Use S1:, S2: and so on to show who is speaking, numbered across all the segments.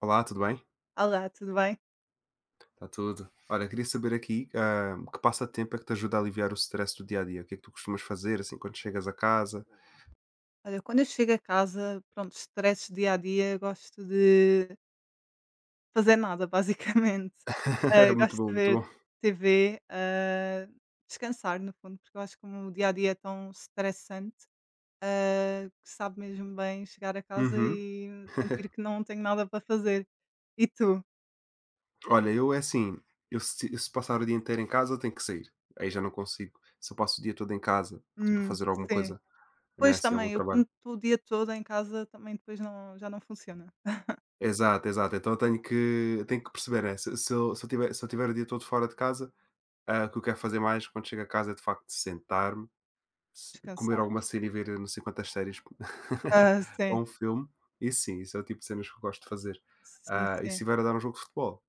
S1: Olá, tudo bem?
S2: Olá, tudo bem?
S1: Está tudo. Olha, queria saber aqui, que passatempo é que te ajuda a aliviar o stress do dia a dia? O que é que tu costumas fazer, assim, quando chegas a casa?
S2: Olha, quando eu chego a casa, pronto, estresses do dia a dia, gosto de fazer nada, basicamente. Ah,
S1: Muito
S2: gosto
S1: bom,
S2: de
S1: muito
S2: ver
S1: bom.
S2: TV, descansar, no fundo, porque eu acho que como o dia a dia é tão estressante, que sabe mesmo bem chegar a casa
S1: Uhum.
S2: e sentir que não tenho nada para fazer. E tu?
S1: Olha, eu é assim, eu se passar o dia inteiro em casa, eu tenho que sair. Aí já não consigo. Se eu passo o dia todo em casa, para
S2: Hum,
S1: fazer alguma
S2: sim.
S1: coisa, né,
S2: Pois
S1: assim, algum
S2: também, eu quando
S1: trabalho.
S2: estou o dia todo em casa, também depois não, já não funciona.
S1: Exato, exato. Então eu tenho que perceber, né, se se eu se eu tiver se eu tiver o dia todo fora de casa, o que eu quero fazer mais quando chego a casa é de facto sentar-me, comer
S2: Descansar.
S1: alguma cena e ver não sei quantas séries
S2: Ah, sim,
S1: ou um filme, e sim, isso é o tipo de cenas que eu gosto de fazer.
S2: sim,
S1: Ah, e se
S2: sim,
S1: estiver a dar um jogo de futebol,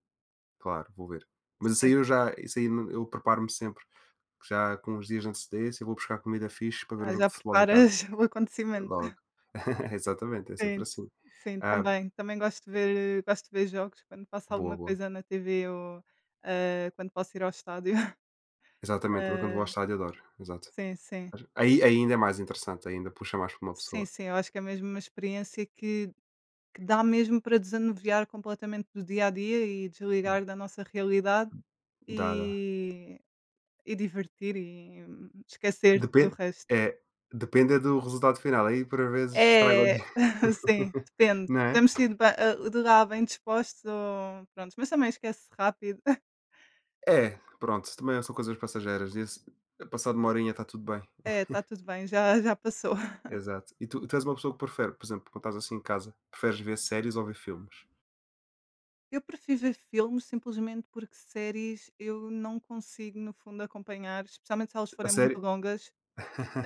S1: claro, vou ver. Mas isso
S2: sim.
S1: aí eu já, isso aí não- eu preparo-me sempre, já com uns dias de antecedência, eu vou buscar comida fixe para ver um
S2: Ah,
S1: jogo
S2: já
S1: de futebol em casa,
S2: preparas o acontecimento.
S1: logo. Exatamente, é sempre
S2: Sim,
S1: assim.
S2: sim,
S1: Ah,
S2: também. Também gosto de ver jogos quando passa
S1: boa,
S2: alguma
S1: boa.
S2: coisa na TV ou, quando posso ir ao estádio.
S1: Exatamente, também quando vou ao
S2: Hã,
S1: estádio adoro, exato.
S2: sim, sim.
S1: Aí ainda é mais interessante, ainda puxa mais para uma
S2: Sim,
S1: pessoa.
S2: sim, eu acho que é mesmo uma experiência que dá mesmo para desanuviar completamente do dia a dia e desligar da nossa realidade
S1: Dá, dá.
S2: e e divertir e esquecer tudo o
S1: depende
S2: resto.
S1: é, depende é do resultado final, aí por vezes estraga o
S2: É,
S1: dia.
S2: sim, depende.
S1: Não é?
S2: Podemos ir de lá bem dispostos ou prontos, mas também esquece rápido.
S1: É, pronto, também são coisas passageiras, isso passado uma horinha está tudo bem.
S2: É, está tudo bem, já já passou.
S1: Exato. E tu és uma pessoa que prefere, por exemplo, quando estás assim em casa, preferes ver séries ou ver filmes?
S2: Eu prefiro ver filmes simplesmente porque séries eu não consigo, no fundo, acompanhar, especialmente se elas
S1: A
S2: forem
S1: série
S2: muito longas,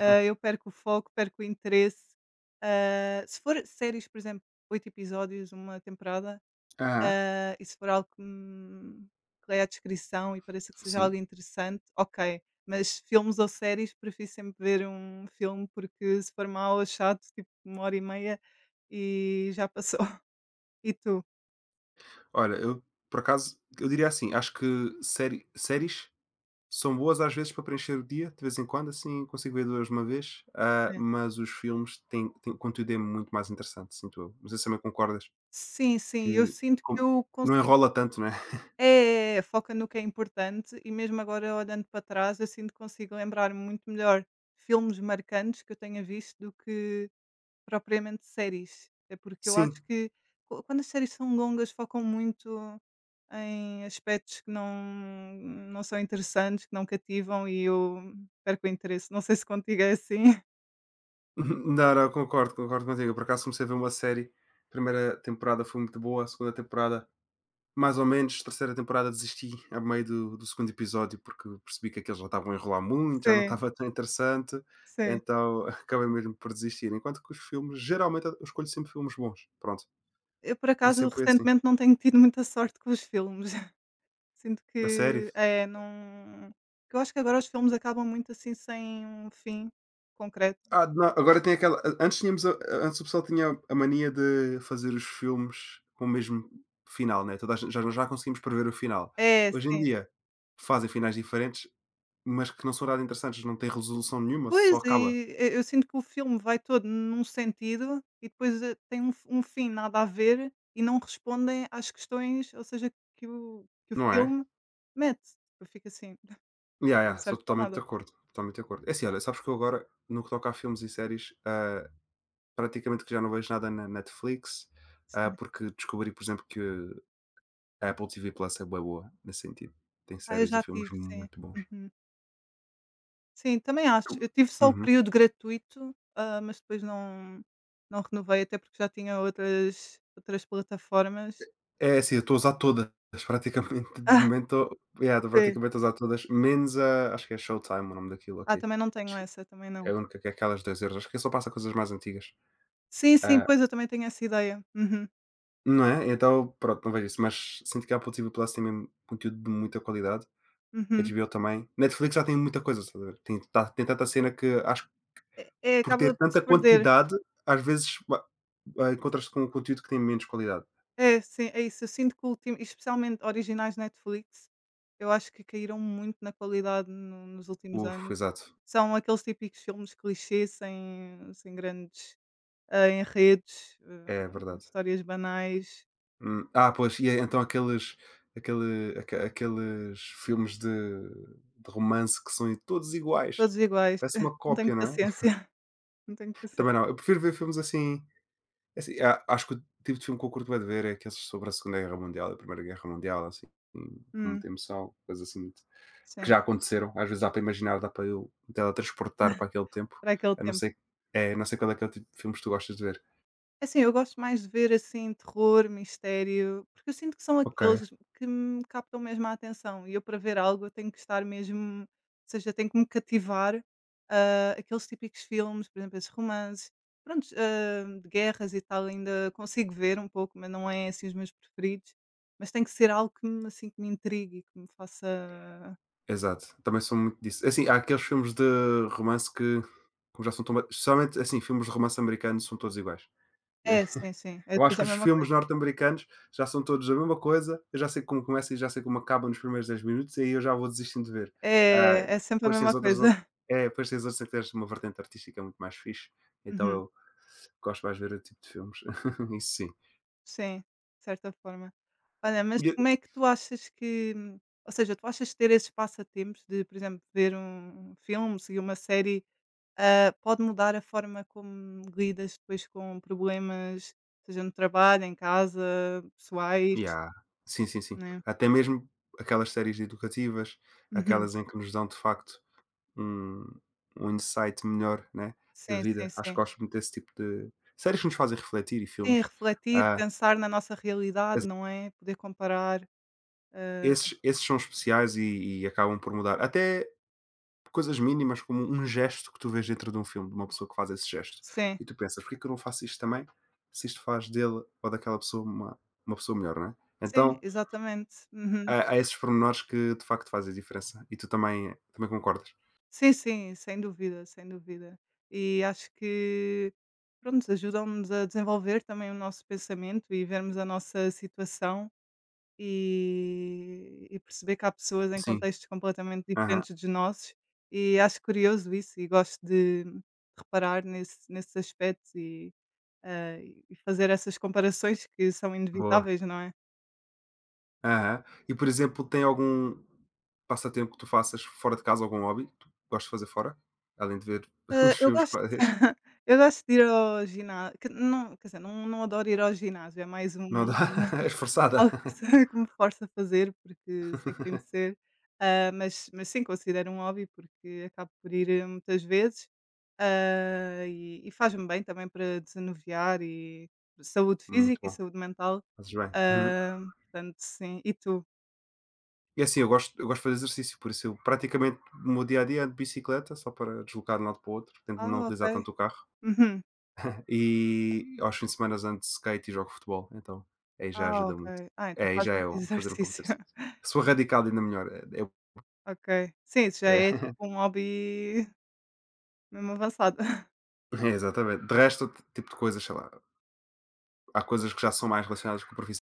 S2: eu perco o foco, perco o interesse. Se for séries, por exemplo, 8 episódios, uma temporada.
S1: Aham,
S2: E se for algo que me que leia a descrição e pareça que seja
S1: sim.
S2: algo interessante, ok. Mas filmes ou séries, prefiro sempre ver um filme, porque se for mau ou chato, tipo, uma hora e meia e já passou. E tu?
S1: Olha, eu por acaso, eu diria assim, acho que séries são boas às vezes para preencher o dia, de vez em quando, assim consigo ver 2 de uma vez,
S2: É.
S1: mas os filmes têm o conteúdo é muito mais interessante, sinto eu. Não sei se também concordas
S2: Sim, sim, eu
S1: que
S2: sinto que
S1: como
S2: eu
S1: não
S2: consigo
S1: enrola tanto, não é?
S2: é, foca no que é importante. E mesmo agora olhando para trás, eu sinto que consigo lembrar muito melhor filmes marcantes que eu tenha visto do que propriamente séries, é porque eu acho
S1: Sim.
S2: que qu quando as séries são longas focam muito em aspectos que não são interessantes, que não cativam e eu perco o interesse, não sei se contigo é assim?
S1: Não, não, concordo, concordo contigo. Por acaso comecei a ver uma série, a 1 temporada foi muito boa, a 2 temporada mais ou menos, terceira temporada desisti a meio do segundo episódio, porque percebi que aqueles já estavam a enrolar muito, já não
S2: Sim,
S1: estava tão interessante,
S2: sim.
S1: então acabei mesmo por desistir. Enquanto que os filmes, geralmente eu escolho sempre filmes bons, pronto,
S2: Eu por
S1: e
S2: acaso
S1: sempre foi assim.
S2: recentemente não tenho tido muita sorte com os filmes, sinto
S1: A sério?
S2: que é, não, que eu acho que agora os filmes acabam muito assim sem um fim concreto.
S1: Ah, não, agora tem aquela antes tínhamos a antes o pessoal tinha a mania de fazer os filmes com o mesmo final, né, toda a gente já conseguimos prever o final.
S2: É,
S1: Hoje em
S2: sim.
S1: dia, fazem finais diferentes, mas que não são nada interessantes, não têm resolução nenhuma, só
S2: Pois,
S1: acaba,
S2: e eu sinto que o filme vai todo num sentido e depois, tem um f um fim nada a ver e não respondem às questões, ou seja, que o
S1: não é?
S2: filme mete. Eu fico assim:
S1: Ya,
S2: "Não
S1: ya, sou
S2: serve para
S1: totalmente de
S2: nada".
S1: acordo, totalmente de acordo. É assim, olha, sabes que eu agora, no que toca a filmes e séries, praticamente que já não vejo nada na Netflix,
S2: Sim.
S1: porque descobri, por exemplo, que a Apple TV Plus é boa boa, nesse sentido. Tem
S2: Ah, eu
S1: séries e
S2: já
S1: filmes
S2: tive, sim.
S1: muito bons.
S2: Uhum. Sim, também acho.
S1: Tu-
S2: Eu tive só o
S1: Uhum.
S2: período gratuito, mas depois não renovei, até porque já tinha outras plataformas.
S1: É assim, eu estou a usar todas, praticamente, de
S2: Ah,
S1: momento, yeah, estou
S2: sim.
S1: praticamente a usar todas, menos a, acho que é Showtime o nome daquilo,
S2: Ah,
S1: ok.
S2: também não tenho
S1: Acho que
S2: essa, também não.
S1: é a única que é aquelas 2 euros, acho que só passa coisas mais antigas.
S2: Sim, sim,
S1: Ah,
S2: pois, eu também tenho essa ideia. Uhum,
S1: não é? Então, pronto, não vejo isso, mas sinto que a Apple TV+ tem mesmo conteúdo de muita qualidade,
S2: uhum.
S1: HBO também. Netflix já tem muita coisa, estás a ver? Tem tanta cena que acho que
S2: É,
S1: por
S2: acaba
S1: ter
S2: por se
S1: tanta
S2: perder.
S1: quantidade, às vezes encontras-te com um conteúdo que tem menos qualidade.
S2: É, sim, é isso. Eu sinto que o ultim especialmente originais Netflix, eu acho que caíram muito na qualidade no nos últimos
S1: Uf,
S2: anos.
S1: exato,
S2: São aqueles típicos filmes clichê sem grandes, enredos,
S1: é verdade.
S2: histórias banais,
S1: Ah, pois, e é então aqueles aquele aque aqueles filmes de romance que são todos iguais.
S2: todos iguais.
S1: Parece uma
S2: Não tenho
S1: cópia, não é?
S2: paciência, não tenho
S1: Também não,
S2: paciência.
S1: eu prefiro ver filmes assim. É assim, a acho que o tipo de filme que eu curto bué de ver é aqueles sobre a Segunda Guerra Mundial e a Primeira Guerra Mundial, assim, com
S2: Hum,
S1: muita emoção, coisas assim, que
S2: sim,
S1: já aconteceram. Às vezes dá para imaginar, dá para eu me teletransportar para aquele tempo.
S2: para aquele
S1: Eu não
S2: tempo.
S1: sei é, não sei qual é aquele tipo de filmes que tu gostas de ver.
S2: É assim, eu gosto mais de ver, assim, terror, mistério, porque eu sinto que são
S1: Ok,
S2: aqueles que me captam mesmo a atenção e eu para ver algo eu tenho que estar mesmo, ou seja, tenho que me cativar, aqueles típicos filmes, por exemplo, esses romances, pronto, de guerras e tal ainda consigo ver um pouco, mas não é, assim, os meus preferidos, mas tem que ser algo que me, assim, que me intrigue, que me faça
S1: exato. Também são muito disso. É assim, há aqueles filmes de romance que, como já são tão, especialmente, assim, filmes de romance americanos são todos iguais, né?
S2: é, sim, sim, é
S1: Eu acho
S2: depois
S1: que
S2: a
S1: os
S2: mesma coisa.
S1: filmes norte-americanos já são todos a mesma coisa, eu já sei como começa e já sei como acaba nos primeiros 10 minutos, e aí eu já vou desistindo de ver. Ah,
S2: É, é sempre a
S1: depois tens
S2: mesma
S1: outras, ou-
S2: coisa.
S1: é, depois tens outras em que tens uma vertente artística muito mais fixe, então eu gosto mais de ver o tipo de filmes, isso sim.
S2: Sim, de certa forma. Olha, mas
S1: E
S2: como é que tu achas que, ou seja, tu achas que ter esses passatempos de, por exemplo, ver um filme, seguir uma série, pode mudar a forma como lidas depois com problemas, seja no trabalho, em casa, pessoais,
S1: Yeah. Sim, sim, sim.
S2: né?
S1: Até mesmo aquelas séries educativas,
S2: Uhum.
S1: aquelas em que nos dão de facto um, um insight melhor, né, da
S2: Sim, sim,
S1: vida. Acho que
S2: sim.
S1: gosto muito desse tipo de séries que nos fazem refletir e
S2: Sim,
S1: filmes.
S2: refletir,
S1: Ah,
S2: pensar na nossa realidade, não é? Poder comparar, ah,
S1: esses são especiais e acabam por mudar. Até coisas mínimas, como um gesto que tu vês dentro de um filme, de uma pessoa que faz esse gesto.
S2: sim,
S1: E tu pensas, porquê que eu não faço isto também? Se isto faz dele ou daquela pessoa uma pessoa melhor, não é?
S2: sim,
S1: Então,
S2: exatamente. Uhum.
S1: há esses pormenores que de facto fazem a diferença. E tu também, também concordas?
S2: Sim, sim, sem dúvida, sem dúvida. E acho que, pronto, ajudam-nos a desenvolver também o nosso pensamento e vermos a nossa situação e, perceber que há pessoas em
S1: Sim.
S2: contextos completamente
S1: Aham.
S2: diferentes dos nossos. E acho curioso isso e gosto de reparar nesse, nesses aspectos e fazer essas comparações que são
S1: Boa.
S2: inevitáveis, não é?
S1: Aham. E, por exemplo, tem algum passatempo que tu faças fora de casa, algum hobby que tu gostas de fazer fora? Além de ver
S2: Ah,
S1: os
S2: eu
S1: filmes que
S2: gosto.
S1: fazes?
S2: Eu gosto de ir ao ginásio, não, quer dizer, não, não adoro ir ao ginásio, é mais
S1: Não
S2: um.
S1: dá? És forçada.
S2: Algo que se que me força a fazer, porque sei que tem de ser, mas sim, considero um hobby, porque acabo por ir, muitas vezes, e faz-me bem também para desanuviar e saúde
S1: Muito
S2: física e
S1: bom,
S2: saúde mental,
S1: fazes bem. Uhum.
S2: ah, portanto sim. E tu?
S1: E assim, eu gosto de fazer exercício, por isso eu praticamente o meu dia a dia é de bicicleta, só para deslocar de um lado para o outro, tento
S2: Ah,
S1: não
S2: ok.
S1: utilizar tanto o carro.
S2: Uhum.
S1: E aos fins de semana ando de skate e jogo futebol, então aí já
S2: Ah,
S1: ajuda
S2: ok.
S1: muito.
S2: Ah,
S1: É,
S2: então
S1: aí
S2: fazes
S1: já é
S2: muito
S1: bom fazer um pouco de
S2: exercício.
S1: exercício. Se for radical, ainda melhor. É, é-
S2: Ok. Sim, isso já é
S1: é-
S2: tipo um hobby mesmo avançado.
S1: Exatamente. De resto, outro tipo de coisas, sei lá, há coisas que já são mais relacionadas com a profissão.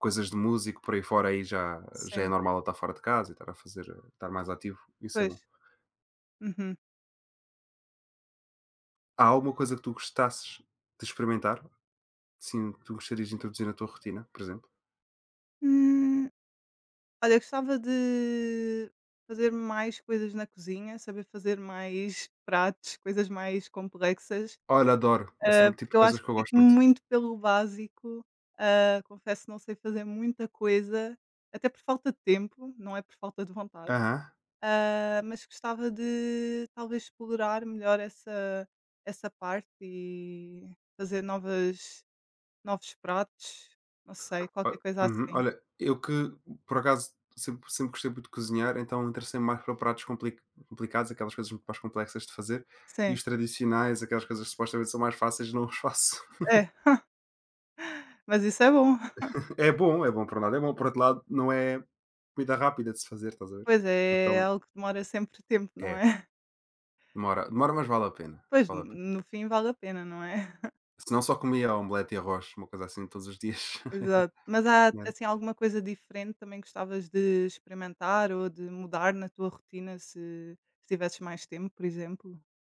S1: Coisas de músico por aí fora, aí já é
S2: Sim,
S1: normal eu estar fora de casa e estar a fazer, estar mais ativo, isso é bom.
S2: pois. Uhum.
S1: Há alguma coisa que tu gostasses de experimentar? Sim, tu gostarias de introduzir na tua rotina, por exemplo?
S2: Hum. Olha, eu gostava de fazer mais coisas na cozinha, saber fazer mais pratos, coisas mais complexas,
S1: Olha, adoro. Esse é o tipo de
S2: porque eu acho
S1: coisas que
S2: que
S1: eu gosto
S2: fico
S1: muito.
S2: muito pelo básico. Confesso que não sei fazer muita coisa, até por falta de tempo, não é por falta de vontade.
S1: Aham.
S2: Mas gostava de talvez explorar melhor essa parte e fazer novas, novos pratos, não sei, qualquer
S1: Ol
S2: coisa
S1: Uhum.
S2: assim.
S1: Olha, eu que por acaso sempre gostei muito de cozinhar, então interessei-me mais para pratos complicados, aquelas coisas muito mais complexas de fazer, e
S2: Sim,
S1: os tradicionais, aquelas coisas que supostamente são mais fáceis, não os faço.
S2: é, mas isso é bom.
S1: É bom por um lado, é bom, por outro lado, não é comida rápida de se fazer, estás a ver?
S2: Pois é, é
S1: Então
S2: algo que demora sempre tempo, não
S1: é,
S2: é?
S1: demora demora, mas vale a pena,
S2: Pois,
S1: vale a pena.
S2: no fim vale a pena, não é?
S1: Se não só comia omelete e arroz, uma coisa assim todos os dias.
S2: Exato. Mas há,
S1: Né.
S2: assim, alguma coisa diferente também gostavas de experimentar ou de mudar na tua rotina se tivesses mais tempo, por exemplo?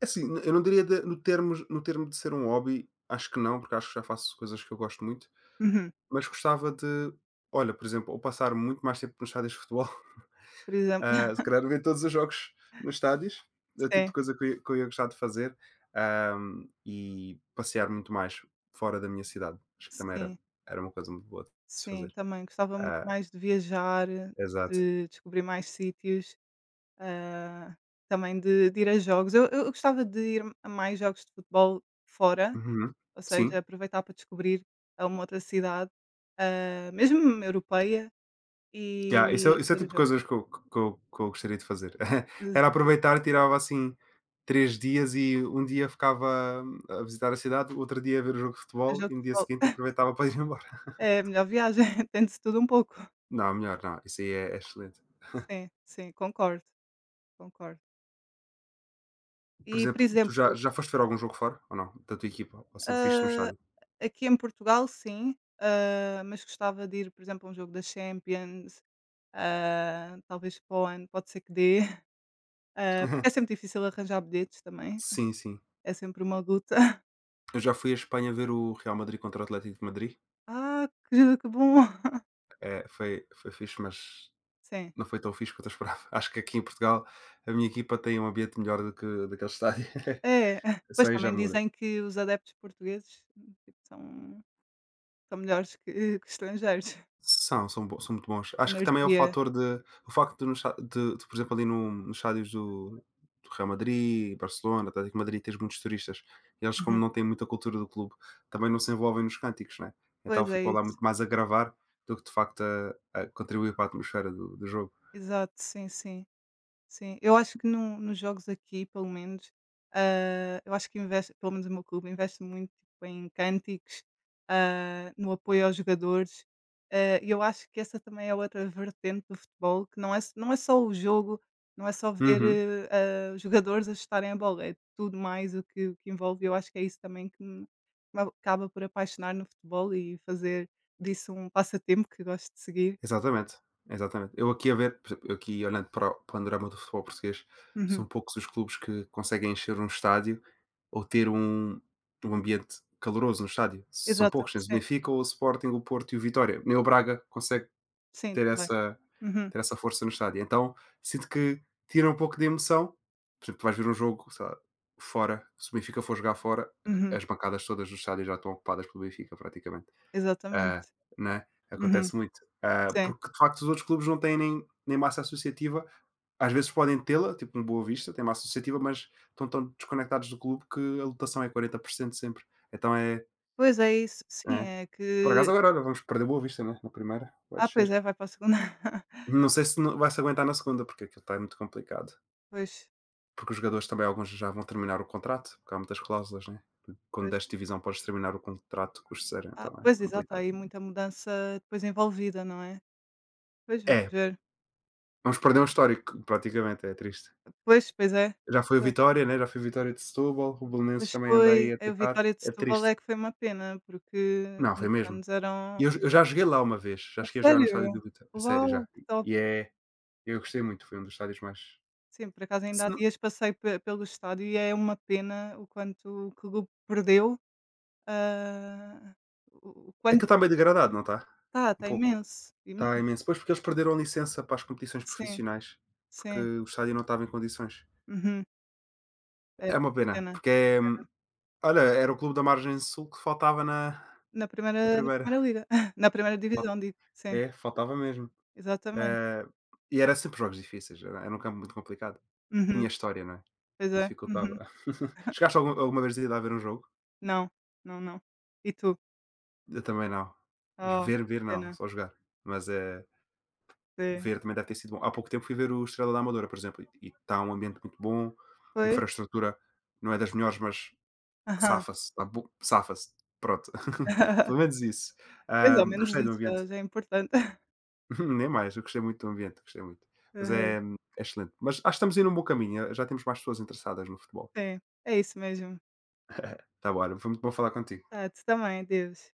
S1: É assim, n eu não diria de no termos no termo de ser um hobby, acho que não, porque acho que já faço coisas que eu gosto muito,
S2: Uhum.
S1: mas gostava de olha, por exemplo, ou passar muito mais tempo nos estádios de futebol,
S2: Por exemplo
S1: se calhar ver todos os jogos nos estádios, é o tipo de
S2: sim,
S1: coisa que eu ia gostar de fazer, ah, e passear muito mais fora da minha cidade. Acho que também era
S2: sim,
S1: era uma coisa muito boa de se
S2: sim,
S1: fazer.
S2: também gostava muito
S1: Ah,
S2: mais de viajar,
S1: exato.
S2: de descobrir mais sítios, ah, também de ir a jogos. Eu gostava de ir a mais jogos de futebol fora.
S1: Uhum.
S2: Ou seja,
S1: Sim.
S2: aproveitar para descobrir a uma outra cidade, mesmo europeia,
S1: Yeah, isso
S2: e
S1: é
S2: e
S1: isso é o
S2: ver
S1: tipo
S2: o
S1: de
S2: jogo.
S1: coisas que eu gostaria de fazer.
S2: Ex
S1: Era aproveitar, tirava, assim, 3 dias e um dia ficava a visitar a cidade, outro dia a ver o jogo de
S2: O
S1: futebol
S2: jogo
S1: e
S2: de
S1: no dia seguinte
S2: futebol.
S1: aproveitava para ir embora.
S2: É a melhor viagem, tem de tudo um pouco.
S1: Não, melhor não, isso aí é excelente.
S2: Sim, sim, concordo, concordo.
S1: Por
S2: E, por
S1: exemplo, tu já
S2: exemplo,
S1: já foste ver algum jogo fora ou não, da tua equipa? Ou sempre viste no
S2: ah,
S1: estádio?
S2: aqui em Portugal sim, mas gostava de ir, por exemplo, a um jogo da Champions, talvez para o ano, pode ser que dê, porque é sempre difícil arranjar bilhetes também,
S1: Sim, sim.
S2: é sempre uma luta.
S1: Eu já fui à Espanha ver o Real Madrid contra o Atlético de Madrid.
S2: Ah, que bom!
S1: Foi fixe, mas
S2: Sim.
S1: não foi tão fixe quanto eu esperava. Acho que aqui em Portugal a minha equipa tem um ambiente melhor do que daquele estádio.
S2: É,
S1: Só
S2: pois
S1: aí já
S2: também
S1: muda.
S2: dizem que os adeptos portugueses, tipo, são melhores que que estrangeiros.
S1: São muito bons. Acho que também é
S2: Energia.
S1: o facto de no esta de, por exemplo, ali no nos estádios do Real Madrid, Barcelona, Atlético de Madrid, tens muitos turistas. E eles, como
S2: Uhum.
S1: não têm muita cultura do clube, também não se envolvem nos cânticos, né. Então
S2: Pois é
S1: ficou lá muito
S2: isso.
S1: mais a gravar do que de facto a contribuir para a atmosfera do jogo.
S2: Exato, sim, sim. Sim, eu acho que no nos jogos aqui, pelo menos, eu acho que investe pelo menos o meu clube, investe muito tipo, em cânticos, no apoio aos jogadores, e eu acho que essa também é outra vertente do futebol, que não é não é só o jogo, não é só ver,
S1: Uhum.
S2: os jogadores a chutarem a bola, é tudo mais o que envolve, eu acho que é isso também que me acaba por apaixonar no futebol e fazer disso um passatempo que gosto de seguir.
S1: Exatamente, exatamente. Eu aqui a ver, por exemplo, eu aqui olhando para o panorama do futebol português, são
S2: Uhum.
S1: poucos os clubes que conseguem encher um estádio ou ter um ambiente caloroso no estádio. São poucos,
S2: Exatamente,
S1: tens o
S2: sim,
S1: Benfica, o Sporting, o Porto e o Vitória. Nem o Braga consegue
S2: sim,
S1: ter
S2: também.
S1: essa,
S2: Uhum,
S1: ter essa força no estádio. Então sinto que tira um pouco de emoção. Por exemplo, tu vais ver um jogo, sei lá, fora, se o Benfica for jogar fora,
S2: uhum.
S1: as bancadas todas do estádio já estão ocupadas pelo Benfica, praticamente.
S2: Exatamente.
S1: Ah, né,
S2: Uhum,
S1: acontece muito. Ah,
S2: sim.
S1: porque de facto os outros clubes não têm nem massa associativa, às vezes podem tê-la, tipo no Boa Vista tem massa associativa, mas estão tão desconectados do clube que a lotação é 40% sempre. Então é
S2: Pois é isso. Sim,
S1: é.
S2: é
S1: Por acaso
S2: que
S1: agora olha, vamos perder Boa Vista, né, na primeira, vai
S2: pois
S1: descer.
S2: é, vai para a segunda.
S1: Não sei se no vai se aguentar na segunda, porque aquilo está muito complicado.
S2: Pois,
S1: Porque os jogadores também alguns já vão terminar o contrato, porque há muitas cláusulas, né. Quando
S2: pois.
S1: desce divisão podes terminar o contrato com os de
S2: Ah,
S1: então
S2: pois,
S1: é
S2: exato, há
S1: complicado.
S2: aí muita mudança depois envolvida, não é? Pois, vamos
S1: É,
S2: ver.
S1: vamos perder um histórico praticamente, é triste.
S2: Pois, pois é,
S1: Já foi
S2: pois
S1: o
S2: é.
S1: Vitória, né, já foi o Vitória de Setúbal, o Belenenses
S2: Pois
S1: também anda
S2: foi,
S1: aí a
S2: a
S1: tentar.
S2: Vitória de
S1: É
S2: Setúbal
S1: triste.
S2: é que foi uma pena, porque
S1: Não,
S2: há
S1: foi
S2: muitos
S1: mesmo.
S2: anos eram.
S1: E eu já joguei lá uma vez, já
S2: A
S1: cheguei a jogar no estádio
S2: sério?
S1: do Vitória, a sério
S2: Uau,
S1: já.
S2: que
S1: E
S2: top.
S1: e é eu gostei muito, foi um dos estádios mais
S2: Sim, por acaso ainda
S1: se
S2: há
S1: não
S2: dias passei pe pelo estádio e é uma pena o quanto que o clube perdeu, hã, o
S1: aquilo
S2: quanto.
S1: está meio degradado, não está?
S2: Tá,
S1: Um
S2: tá
S1: pouco.
S2: imenso,
S1: Está
S2: imenso.
S1: imenso. Pois, porque eles perderam a licença para as competições
S2: Sim,
S1: profissionais, porque
S2: sim.
S1: o estádio não estava em condições.
S2: Uhum. É
S1: É uma
S2: uma
S1: pena,
S2: pena.
S1: porque olha, era o clube da margem sul que faltava na
S2: Na primeira
S1: na
S2: na
S1: primeira.
S2: primeira liga, na primeira
S1: Fal
S2: divisão, digo. Sim,
S1: é, faltava mesmo.
S2: exatamente.
S1: Eh, e era sempre jogos difíceis, era um campo muito complicado.
S2: Uhum.
S1: Tinha história, não é?
S2: Pois é.
S1: Dificultava.
S2: Uhum.
S1: Chegaste alguma vez a ver um jogo?
S2: Não, não, não. E tu?
S1: Eu também não.
S2: Oh,
S1: Ver, ver
S2: que
S1: não,
S2: pena.
S1: só jogar. Mas, é
S2: Sim.
S1: ver também deve ter sido bom. Há pouco tempo fui ver o Estrela da Amadora, por exemplo, e está um ambiente muito bom,
S2: Foi?
S1: infraestrutura não é das melhores, mas
S2: Aham.
S1: safa-se, está bo safa-se. Pronto, pelo menos isso.
S2: Pois, ao
S1: Ahm,
S2: menos
S1: gostei do
S2: isso
S1: ambiente.
S2: já já é importante.
S1: Nem mais, eu gostei muito do ambiente, gostei muito. Mas
S2: Aham.
S1: é excelente. Mas acho que estamos a um bom caminho, já temos mais pessoas interessadas no futebol.
S2: Sim, é isso mesmo.
S1: Está bom, olha, foi muito bom falar contigo.
S2: Tá, tu também, Deus